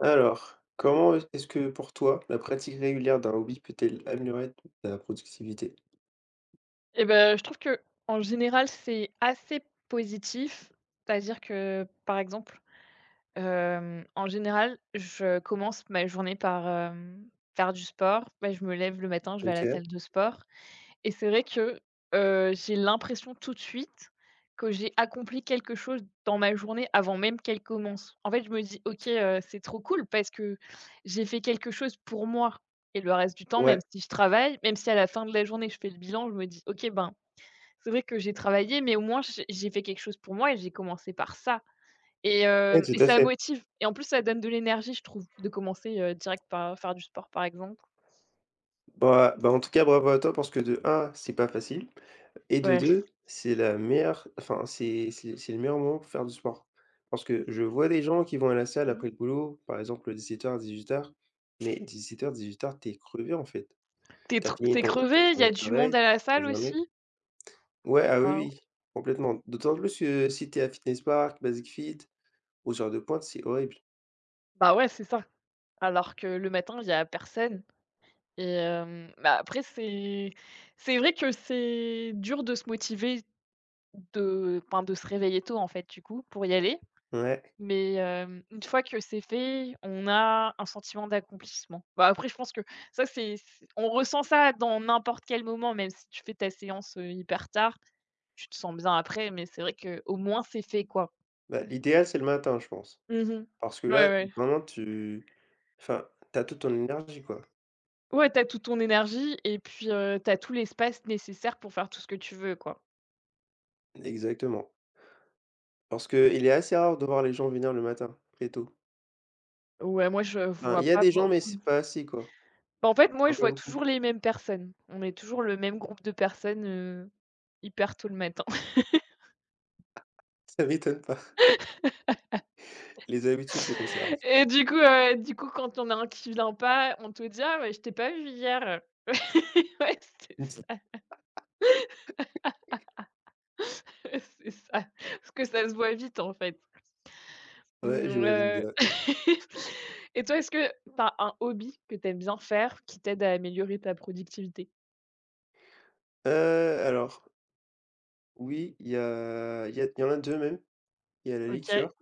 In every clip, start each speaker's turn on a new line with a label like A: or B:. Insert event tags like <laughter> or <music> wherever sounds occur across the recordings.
A: Alors, comment est ce que pour toi, la pratique régulière d'un hobby peut-elle améliorer ta productivité?
B: Et ben, je trouve que en général, c'est assez positif. C'est-à-dire que, par exemple, en général, je commence ma journée par faire du sport. Bah, je me lève le matin, je vais à la
A: OK.
B: salle de sport et c'est vrai que j'ai l'impression tout de suite que j'ai accompli quelque chose dans ma journée avant même qu'elle commence. En fait, je me dis: «OK, c'est trop cool parce que j'ai fait quelque chose pour moi» et le reste du temps, même
A: Ouais,
B: si je travaille, même si à la fin de la journée, je fais le bilan, je me dis: «OK, ben, c'est vrai que j'ai travaillé, mais au moins j'ai fait quelque chose pour moi et j'ai commencé par ça et
A: ouais,
B: hem
A: tout
B: et
A: à
B: ça
A: fait.
B: motive et en plus ça donne de l'énergie je trouve de commencer, direct par faire du sport par exemple.
A: Bah, en tout cas, bravo à toi parce que de un, c'est pas facile et de
B: Ouais.
A: 2, c'est le meilleur moment pour faire du sport. Parce que je vois des gens qui vont à la salle après le boulot, par exemple 17:00-18:00, mais 17:00-18:00, tu t'es crevé, en fait.
B: T'es
A: T'as
B: tr
A: fini
B: tu
A: ton
B: crevé, il y
A: journée
B: a
A: de
B: du monde
A: travail,
B: à la
A: ta
B: salle aussi.
A: journée ouais, ah oui,
B: Bah
A: oui, complètement. D'autant plus que si t'es à Fitness Park, Basic Fit, aux heures de pointe, c'est horrible.
B: bah ouais, c'est ça. Alors que le matin, il y a personne et bah après c'est vrai que c'est dur de se motiver de enfin de se réveiller tôt en fait du coup pour y aller.
A: Ouais.
B: Mais une fois que c'est fait, on a un sentiment d'accomplissement. Bah, après je pense que ça c'est on ressent ça dans n'importe quel moment, même si tu fais ta séance, hyper tard, tu te sens bien après, mais c'est vrai que au moins c'est fait, quoi.
A: Bah, l'idéal, c'est le matin, je pense.
B: Mmh mh.
A: Parce que
B: Ouais,
A: là,
B: ouais.
A: vraiment, tu enfin, t'as toute ton énergie, quoi.
B: Ouais, t'as toute ton énergie et puis, tu tout l'espace nécessaire pour faire tout ce que tu veux, quoi.
A: Exactement. Parce que il est assez rare de voir les gens venir le matin, très tôt.
B: Ouais, moi je
A: Enfin,
B: vois
A: il y a
B: pas
A: des gens, mais
B: beaucoup de.
A: c'est pas assez, quoi.
B: Bah, en fait, moi
A: Hein,
B: je
A: pas
B: vois
A: beaucoup.
B: toujours
A: <laughs>
B: les mêmes personnes. On est toujours le même groupe de personnes, hyper tôt le matin.
A: Ça m'étonne pas. Les habitudes se conservent.
B: Et du coup, quand il y en a un qui vient pas, on te dit: «Ah mais je t'ai pas vu hier». <laughs> Ouais, c'est ça,
A: <laughs>
B: <laughs> c'est ça. Parce que ça se voit vite, en fait.
A: Ouais,
B: Mmh,
A: j'imagine
B: heu
A: bien.
B: <laughs> et toi, est-ce que tu as un hobby que tu aimes bien faire qui t'aide à améliorer ta productivité?
A: Alors, oui, il y a il y a il y en a 2 même. Il y a la
B: OK,
A: lecture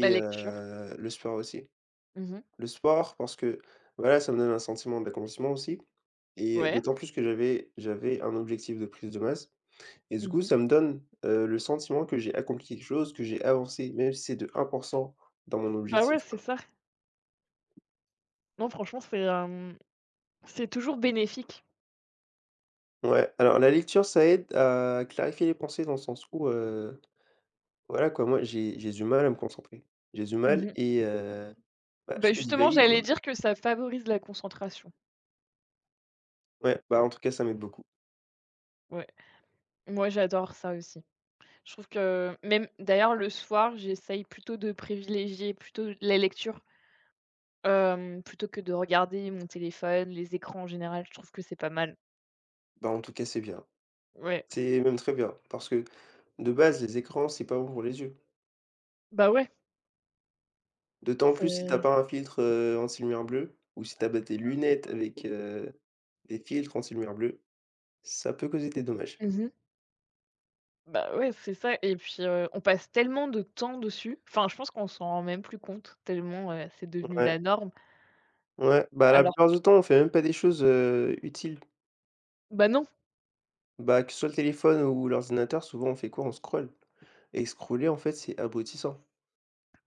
B: la lecture.
A: le sport aussi.
B: Mmh mh.
A: Le sport parce que, voilà, ça me donne un sentiment d'accomplissement aussi et
B: Ouais.
A: d'autant plus que j'avais un objectif de prise de masse et du coup,
B: Mmh mh.
A: ça me donne, le sentiment que j'ai accompli quelque chose, que j'ai avancé, même si c'est de 1 dans mon
B: Bah,
A: objectif,
B: ouais, c'est
A: quoi.
B: ça. Non, franchement, c'est, c'est toujours bénéfique.
A: Ouais, alors la lecture, ça aide à clarifier les pensées dans le sens où, voilà, quoi, moi, j'ai du mal à me concentrer. J'ai du
B: Mmh
A: mal
B: mh.
A: et bah, je
B: Bah,
A: peux
B: justement,
A: divaguer, quoi.
B: j'allais dire que ça favorise la concentration.
A: Ouais, bah, en tout cas, ça m'aide beaucoup.
B: Ouais, moi j'adore ça aussi. Je trouve que même d'ailleurs le soir, j'essaye plutôt de privilégier plutôt la lecture, plutôt que de regarder mon téléphone, les écrans en général, je trouve que c'est pas mal.
A: Bah, en tout cas, c'est bien.
B: Ouais,
A: C'est même très bien parce que, de base, les écrans, c'est pas bon pour les yeux.
B: bah, ouais,
A: D'autant plus si t'as
B: c'est
A: pas un filtre anti-lumière bleue ou si tu as pas tes lunettes avec des filtres anti-lumière bleue, ça peut causer des dommages.
B: mmh Bah, ouais, c'est ça et puis, on passe tellement de temps dessus, enfin, je pense qu'on s'en rend même plus compte tellement, c'est devenu la
A: Ouais,
B: norme.
A: ouais, bah, la
B: Alors
A: plupart du temps, on fait même pas des choses utiles.
B: bah, non,
A: Bah, que ce soit le téléphone ou l'ordinateur, souvent on fait quoi? On scrolle et scroller, en fait, c'est abrutissant.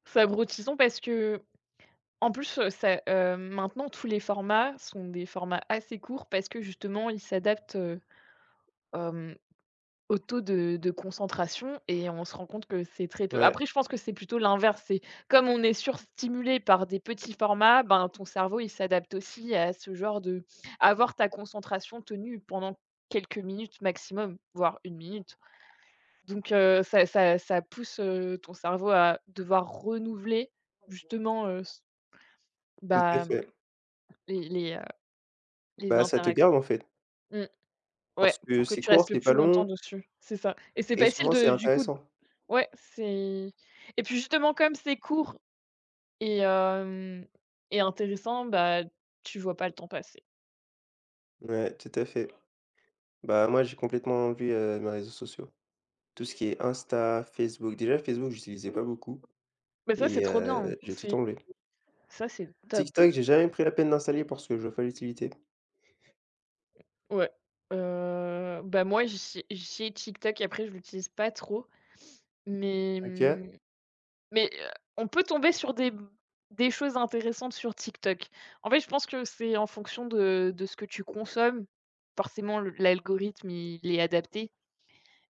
B: c'est abrutissant parce que en plus, maintenant tous les formats sont des formats assez courts parce que justement ils s'adaptent, hem au taux de concentration et on se rend compte que c'est très peu.
A: Ouais.
B: Après, je pense que c'est plutôt l'inverse, c'est comme on est surstimulé par des petits formats, ben, ton cerveau, il s'adapte aussi à ce genre de avoir ta concentration tenue pendant quelques minutes maximum, voire 1 minute. Donc ça pousse, ton cerveau à devoir renouveler justement, s
A: Tout à
B: bah,
A: fait.
B: les les
A: Bah, ça te
B: interactions.
A: garde, en fait.
B: Mmh, ouais,
A: Parce que
B: pour que
A: c'est
B: tu
A: court,
B: restes le
A: c'est
B: plus
A: pas
B: longtemps
A: long
B: dessus, c'est ça et c'est
A: et
B: facile
A: souvent
B: de
A: c'est
B: du coup.
A: intéressant.
B: Ouais, c'est et puis justement comme c'est court et hem et intéressant, bah, tu vois pas le temps passer.
A: Ouais, tout à fait. Bah, moi, j'ai complètement enlevé mes réseaux sociaux. Tout ce qui est Insta, Facebook. Déjà Facebook, j'utilisais pas beaucoup
B: Mais ça, c'est
A: et
B: trop bien,
A: j'ai tout
B: c'est
A: enlevé.
B: ça, c'est top.
A: TikTok, j'ai jamais pris la peine d'installer parce que je vois pas l'utilité.
B: Ouais, bah, moi, j'ai TikTok, et après je l'utilise pas trop, mais
A: OK.
B: mais, on peut tomber sur des choses intéressantes sur TikTok. En fait, je pense que c'est en fonction de ce que tu consommes. Forcément, le l'algorithme, il est adapté.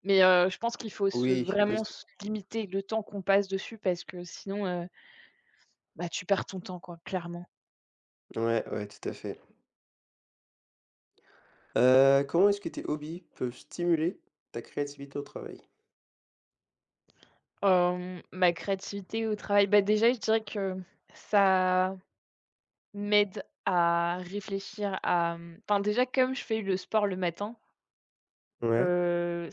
B: Mais, je pense qu'il faut se
A: Oui,
B: vraiment
A: aussi.
B: se limiter le temps qu'on passe dessus parce que sinon, bah, tu perds ton temps quoi, clairement.
A: Ouais, ouais, tout à fait. Comment est-ce que tes hobbies peuvent stimuler ta créativité au travail?
B: Ma créativité au travail, bah, déjà je dirais que ça m'aide à réfléchir à, enfin déjà comme je fais le sport le matin,
A: Ouais,
B: heu,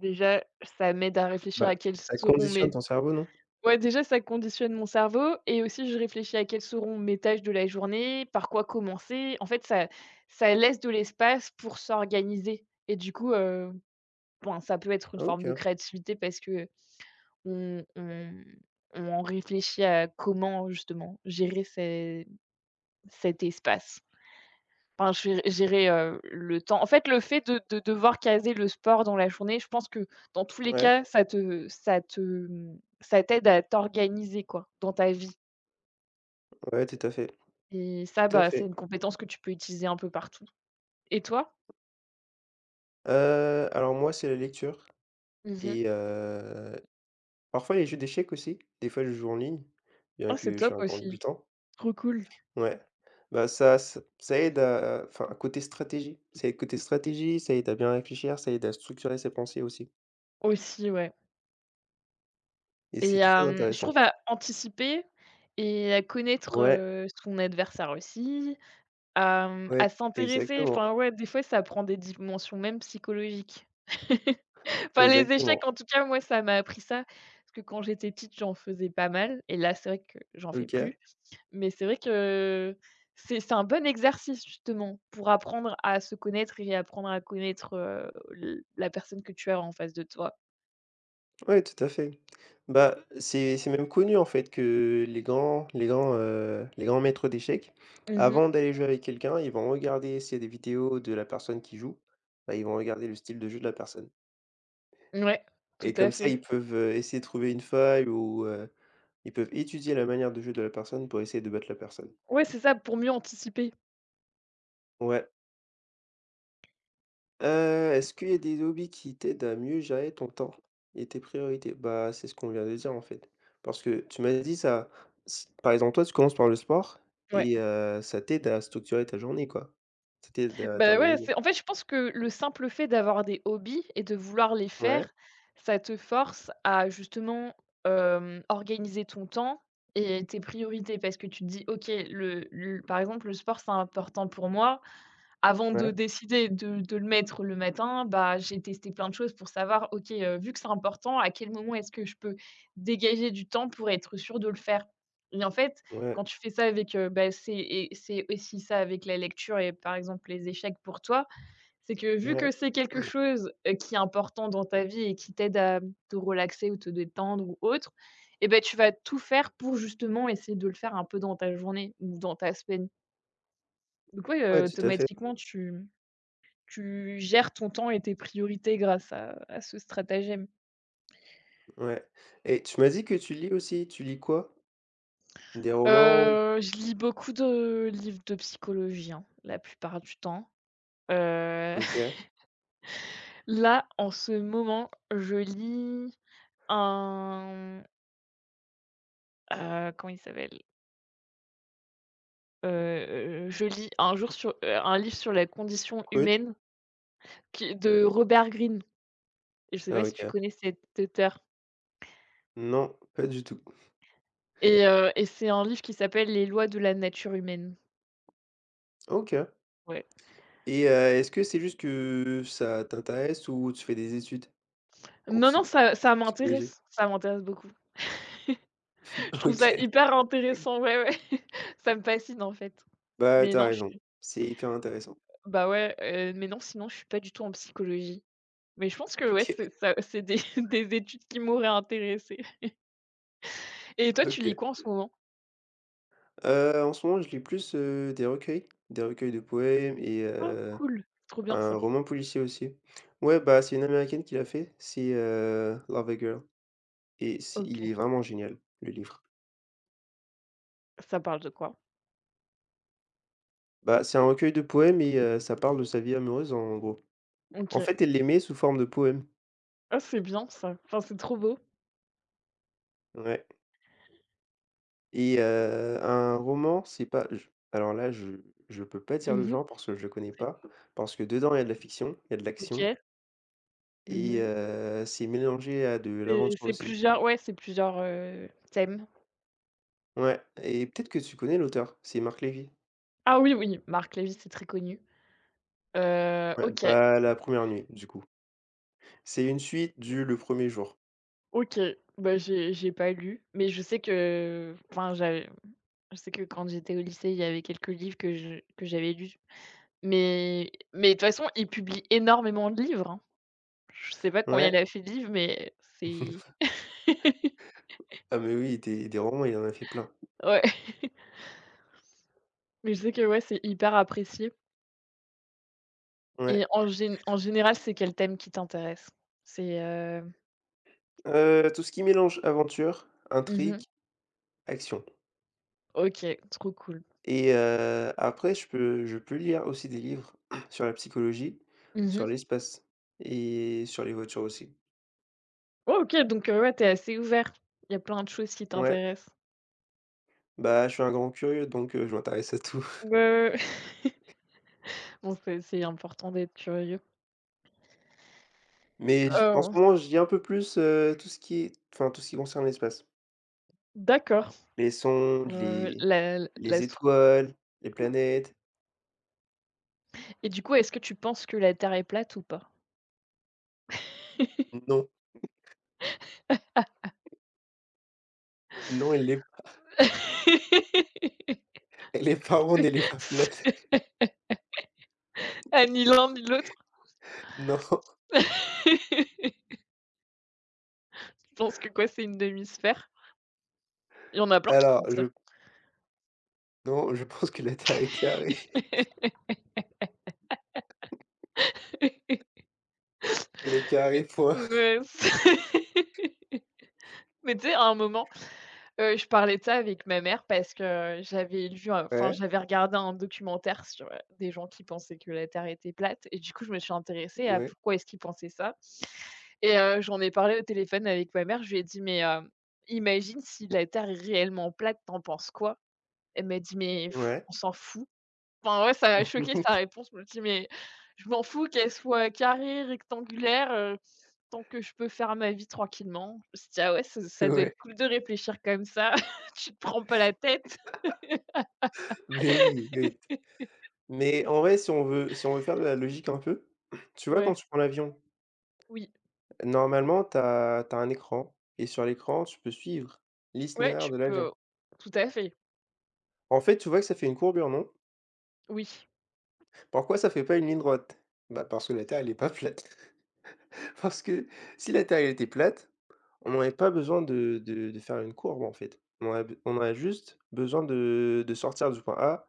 B: déjà ça m'aide à réfléchir
A: bah,
B: à quelles
A: ça
B: seront
A: conditionne
B: mes.
A: ton cerveau, non?
B: Ouais, déjà, ça conditionne mon cerveau et aussi je réfléchis à quelles seront mes tâches de la journée, par quoi commencer. En fait, ça laisse de l'espace pour s'organiser et du coup, ben, ça peut être une forme de
A: OK.
B: créativité parce que on on on en réfléchit à comment justement gérer ces cet espace. Enfin, gérer, le temps. En fait, le fait de devoir caser le sport dans la journée, je pense que dans tous les
A: Ouais,
B: cas, ça te, ça t'aide à t'organiser quoi, dans ta vie.
A: ouais, tout à fait,
B: Et ça,
A: tout à
B: bah, c'est
A: fait.
B: une compétence que tu peux utiliser un peu partout. Et toi?
A: Alors moi, c'est la lecture.
B: Mmh.
A: Et parfois les jeux d'échecs aussi, des fois je joue en ligne, bien
B: Ah, c'est
A: que je suis
B: top
A: encore
B: aussi.
A: débutant.
B: Trop cool.
A: Ouais. Bah, ça aide à enfin, à côté stratégie. Ça aide côté stratégie, ça aide à bien réfléchir, ça aide à structurer ses pensées aussi
B: Aussi, ouais.
A: et
B: Et
A: c'est très
B: je trouve
A: intéressant.
B: à anticiper et à connaître,
A: Ouais,
B: son adversaire aussi, à
A: ouais,
B: s'intéresser, enfin,
A: exactement,
B: ouais, des fois, ça prend des dimensions même psychologiques. <laughs> Enfin, les échecs,
A: exactement.
B: en tout cas, moi, ça m'a appris ça, parce que quand j'étais petite, j'en faisais pas mal et là, c'est vrai que j'en fais
A: OK.
B: plus. Mais c'est vrai que c'est un bon exercice justement pour apprendre à se connaître et apprendre à connaître, l la personne que tu as en face de toi.
A: Ouais, tout à fait. Bah, c'est même connu en fait que les grands maîtres d'échecs,
B: Mmh.
A: avant d'aller jouer avec quelqu'un, ils vont regarder s'il y a des vidéos de la personne qui joue, bah, ils vont regarder le style de jeu de la personne
B: Ouais, tout
A: et
B: à
A: comme ça,
B: fait.
A: ils peuvent, essayer de trouver une faille ou, ils peuvent étudier la manière de jeu de la personne pour essayer de battre la personne.
B: Ouais, c'est ça, pour mieux anticiper.
A: Ouais. Est-ce qu'il y a des hobbies qui t'aident à mieux gérer ton temps et tes priorités? Bah, c'est ce qu'on vient de dire, en fait. Parce que tu m'as dit ça s par exemple, toi, tu commences par le sport
B: Ouais.
A: et ça t'aide à structurer ta journée, quoi. Ça t'aide à
B: Bah, ouais,
A: t'organiser.
B: c'est en fait, je pense que le simple fait d'avoir des hobbies et de vouloir les
A: Ouais,
B: faire, ça te force à justement, organiser ton temps et tes priorités parce que tu te dis: «OK, le par exemple, le sport, c'est important pour moi, avant de
A: ouais,
B: décider de le mettre le matin, bah, j'ai testé plein de choses pour savoir: «OK, vu que c'est important, à quel moment est-ce que je peux dégager du temps pour être sûr de le faire?» et en fait,
A: ouais,
B: quand tu fais ça avec, bah, c'est et c'est aussi ça avec la lecture et par exemple les échecs pour toi, c'est que vu
A: ouais,
B: que c'est quelque chose, qui est important dans ta vie et qui t'aide à te relaxer ou te détendre ou autre et ben tu vas tout faire pour justement essayer de le faire un peu dans ta journée ou dans ta semaine. Donc ouais,
A: ouais, tout à fait,
B: automatiquement tu gères ton temps et tes priorités grâce à ce stratagème.
A: ouais et tu m'as dit que tu lis aussi, tu lis quoi? Des romans?
B: Je lis beaucoup de livres de psychologie, hein, la plupart du temps. Heu, <laughs>
A: OK,
B: Là, en ce moment, je lis un, comment il s'appelle? Je lis un jour sur un livre sur la condition
A: cool.
B: humaine qui de Robert Greene. Je sais
A: Ah
B: pas si tu
A: OK.
B: connais cet auteur?
A: Non, pas du tout.
B: Et c'est un livre qui s'appelle «Les lois de la nature humaine».
A: OK
B: Ouais.
A: et est-ce que c'est juste que ça t'intéresse ou tu fais des études en
B: Non,
A: psy?
B: non, ça
A: Psychologie.
B: m'intéresse, ça m'intéresse beaucoup. Je
A: <laughs>
B: trouve ça
A: OK.
B: hyper intéressant, ouais, ouais. <laughs> Ça me fascine, en fait.
A: Bah,
B: Mais
A: t'as
B: non, je
A: raison.
B: suis
A: C'est hyper intéressant.
B: bah, ouais, mais non, sinon je suis pas du tout en psychologie. Mais je pense que ouais,
A: OK,
B: c'est ça c'est des <laughs> des études qui m'auraient intéressée. Et toi, tu lis
A: OK.
B: quoi en ce moment?
A: En ce moment, je lis plus, des recueils de poèmes et
B: Oh cool, trop bien
A: un
B: ça.
A: roman policier aussi. Ouais, bah, c'est une américaine qui l'a fait, c'est Love a Girl et c'est il est
B: OK.
A: vraiment génial, le livre.
B: Ça parle de quoi?
A: Bah, c'est un recueil de poèmes et ça parle de sa vie amoureuse en gros. En
B: OK.
A: fait, elle l'aimait sous forme de poèmes.
B: Ah c'est bien ça. Enfin, c'est trop beau.
A: Ouais. Et un roman, c'est pas je alors là, je peux pas dire le
B: Mmh.
A: genre parce que je le connais pas, parce que dedans, il y a de la fiction, il y a de l'action
B: OK.
A: et
B: Mmh.
A: c'est mélangé à de
B: C'est
A: l'aventure
B: c'est
A: aussi.
B: plusieurs ouais, c'est plusieurs, thèmes.
A: Ouais et peut-être que tu connais l'auteur, c'est Marc Lévy.
B: Ah oui, oui, Marc Lévy, c'est très connu.
A: Ouais,
B: OK.
A: bah, La Première Nuit, du coup. C'est une suite du Le Premier Jour.
B: OK, bah, j'ai pas lu, mais je sais que enfin j'avais je sais que quand j'étais au lycée, il y avait quelques livres que je que j'avais lus, mais de toute façon, ils publient énormément de livres, hein. Je sais pas combien il
A: Ouais.
B: a fait de livres, mais c'est
A: <laughs> Ah mais oui, des romans, il en a fait plein.
B: ouais, <laughs> mais je sais que, ouais, c'est hyper apprécié et
A: Ouais.
B: en général, c'est quel thème qui t'intéresse? C'est,
A: Tout ce qui mélange aventure, intrigue,
B: mmh
A: action.
B: OK, trop cool.
A: Et après je peux lire aussi des livres <clears throat> sur la psychologie,
B: Mmh
A: sur
B: mh.
A: l'espace et sur les voitures aussi.
B: OK, donc ouais, t'es assez ouvert. Il y a plein de choses qui
A: Ouais,
B: t'intéressent.
A: bah, je suis un grand curieux donc je m'intéresse à tout.
B: Ouais,
A: <laughs>
B: ouais, ouais. <laughs> Bon, c'est important d'être curieux.
A: Mais j en ce
B: Oh,
A: moment, je lis un peu plus, tout ce qui est enfin tout ce qui concerne l'espace.
B: d'accord.
A: Les sondes, les
B: La
A: les
B: L'astro
A: étoiles, les planètes.
B: et du coup, est-ce que tu penses que la Terre est plate ou pas?
A: Non, non, elle est
B: <laughs>
A: <laughs> elle est pas ronde, elle est pas plate. <laughs>
B: Ah, ni l'un ni l'autre.
A: Non,
B: <laughs> Tu penses que quoi? C'est une demi-sphère? Il y en a plein qui
A: alors
B: disent ça.
A: je non, je pense que la Terre est carrée.
B: <laughs>
A: Elle est carrée, point.
B: Mais c'est <laughs> mais tu sais, à un moment, je parlais de ça avec ma mère parce que j'avais lu, enfin,
A: Ouais,
B: j'avais regardé un documentaire sur, des gens qui pensaient que la Terre était plate et du coup, je me suis intéressée à
A: ouais,
B: pourquoi est-ce qu'ils pensaient ça. Et j'en ai parlé au téléphone avec ma mère, je lui ai dit: «Mais imagine si la Terre est réellement plate, t'en penses quoi?» Elle m'a dit: «Mais pff,
A: ouais,
B: on s'en fout». Enfin ouais, ça m'a choqué
A: <laughs>
B: sa réponse, je me dis: «Mais je m'en fous qu'elle soit carrée, rectangulaire, tant que je peux faire ma vie tranquillement». Je me suis dit: «Ah ouais, ça doit être
A: ouais.
B: cool de réfléchir comme ça, <laughs> tu te prends pas la tête».
A: Mais oui, oui. Mais en vrai, si on veut faire de la logique un peu, <clears throat> tu vois, quand
B: Ouais,
A: tu prends l'avion,
B: oui,
A: normalement, tu as un écran et sur l'écran, tu peux suivre
B: ouais,
A: l'itinéraire
B: tu
A: de l'avion.
B: peux tout à fait,
A: En fait, tu vois que ça fait une courbure, non?
B: oui.
A: Pourquoi ça fait pas une ligne droite? Bah, parce que la Terre, elle est pas plate. <laughs> Parce que si la Terre, elle était plate, on n'aurait pas besoin de faire une courbe, en fait. On aurait b on aurait juste besoin de sortir du point A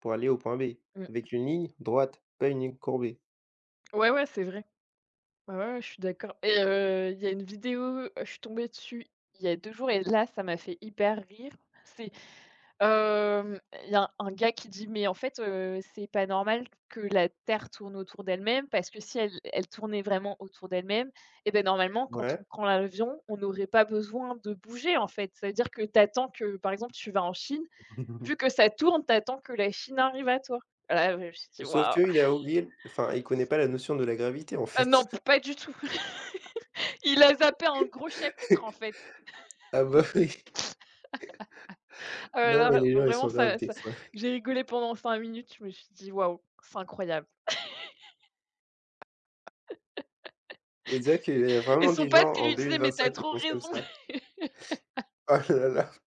A: pour aller au point B
B: Mmh.
A: avec une ligne droite, pas une ligne courbée.
B: Ouais, ouais, c'est vrai. Ouais, ouais, ouais, je suis d'accord et il y a une vidéo, je suis tombée dessus il y a 2 jours et là, ça m'a fait hyper rire. C'est, il y a un gars qui dit: «Mais en fait, c'est pas normal que la Terre tourne autour d'elle-même parce que si elle tournait vraiment autour d'elle-même et ben normalement quand on
A: Ouais.
B: prend l'avion, on n'aurait pas besoin de bouger en fait». Ça veut dire que t'attends que par exemple, tu vas en Chine, vu
A: <laughs>
B: que ça tourne, t'attends que la Chine arrive à toi. Ah là, je me suis dit:
A: Sauf
B: «Waouh!»
A: qu'il a oublié enfin, il connaît pas la notion de la gravité, en
B: Ah non,
A: fait.
B: pas du tout. <laughs> Il a zappé un gros chapitre en
A: <laughs>
B: fait.
A: Ah bah, oui. Non,
B: Non,
A: mais les gens, ils
B: vraiment
A: sont graves,
B: ça
A: des
B: ça
A: fois.
B: j'ai rigolé pendant 5 minutes, je me suis dit: «Waouh, c'est incroyable»
A: Et dire qu'il y a
B: et
A: vraiment
B: son
A: des gens
B: pote qui
A: en
B: lui disait: «Mais t'as
A: 2025 qui
B: trop
A: pensent comme
B: raison»
A: ça. Oh là là.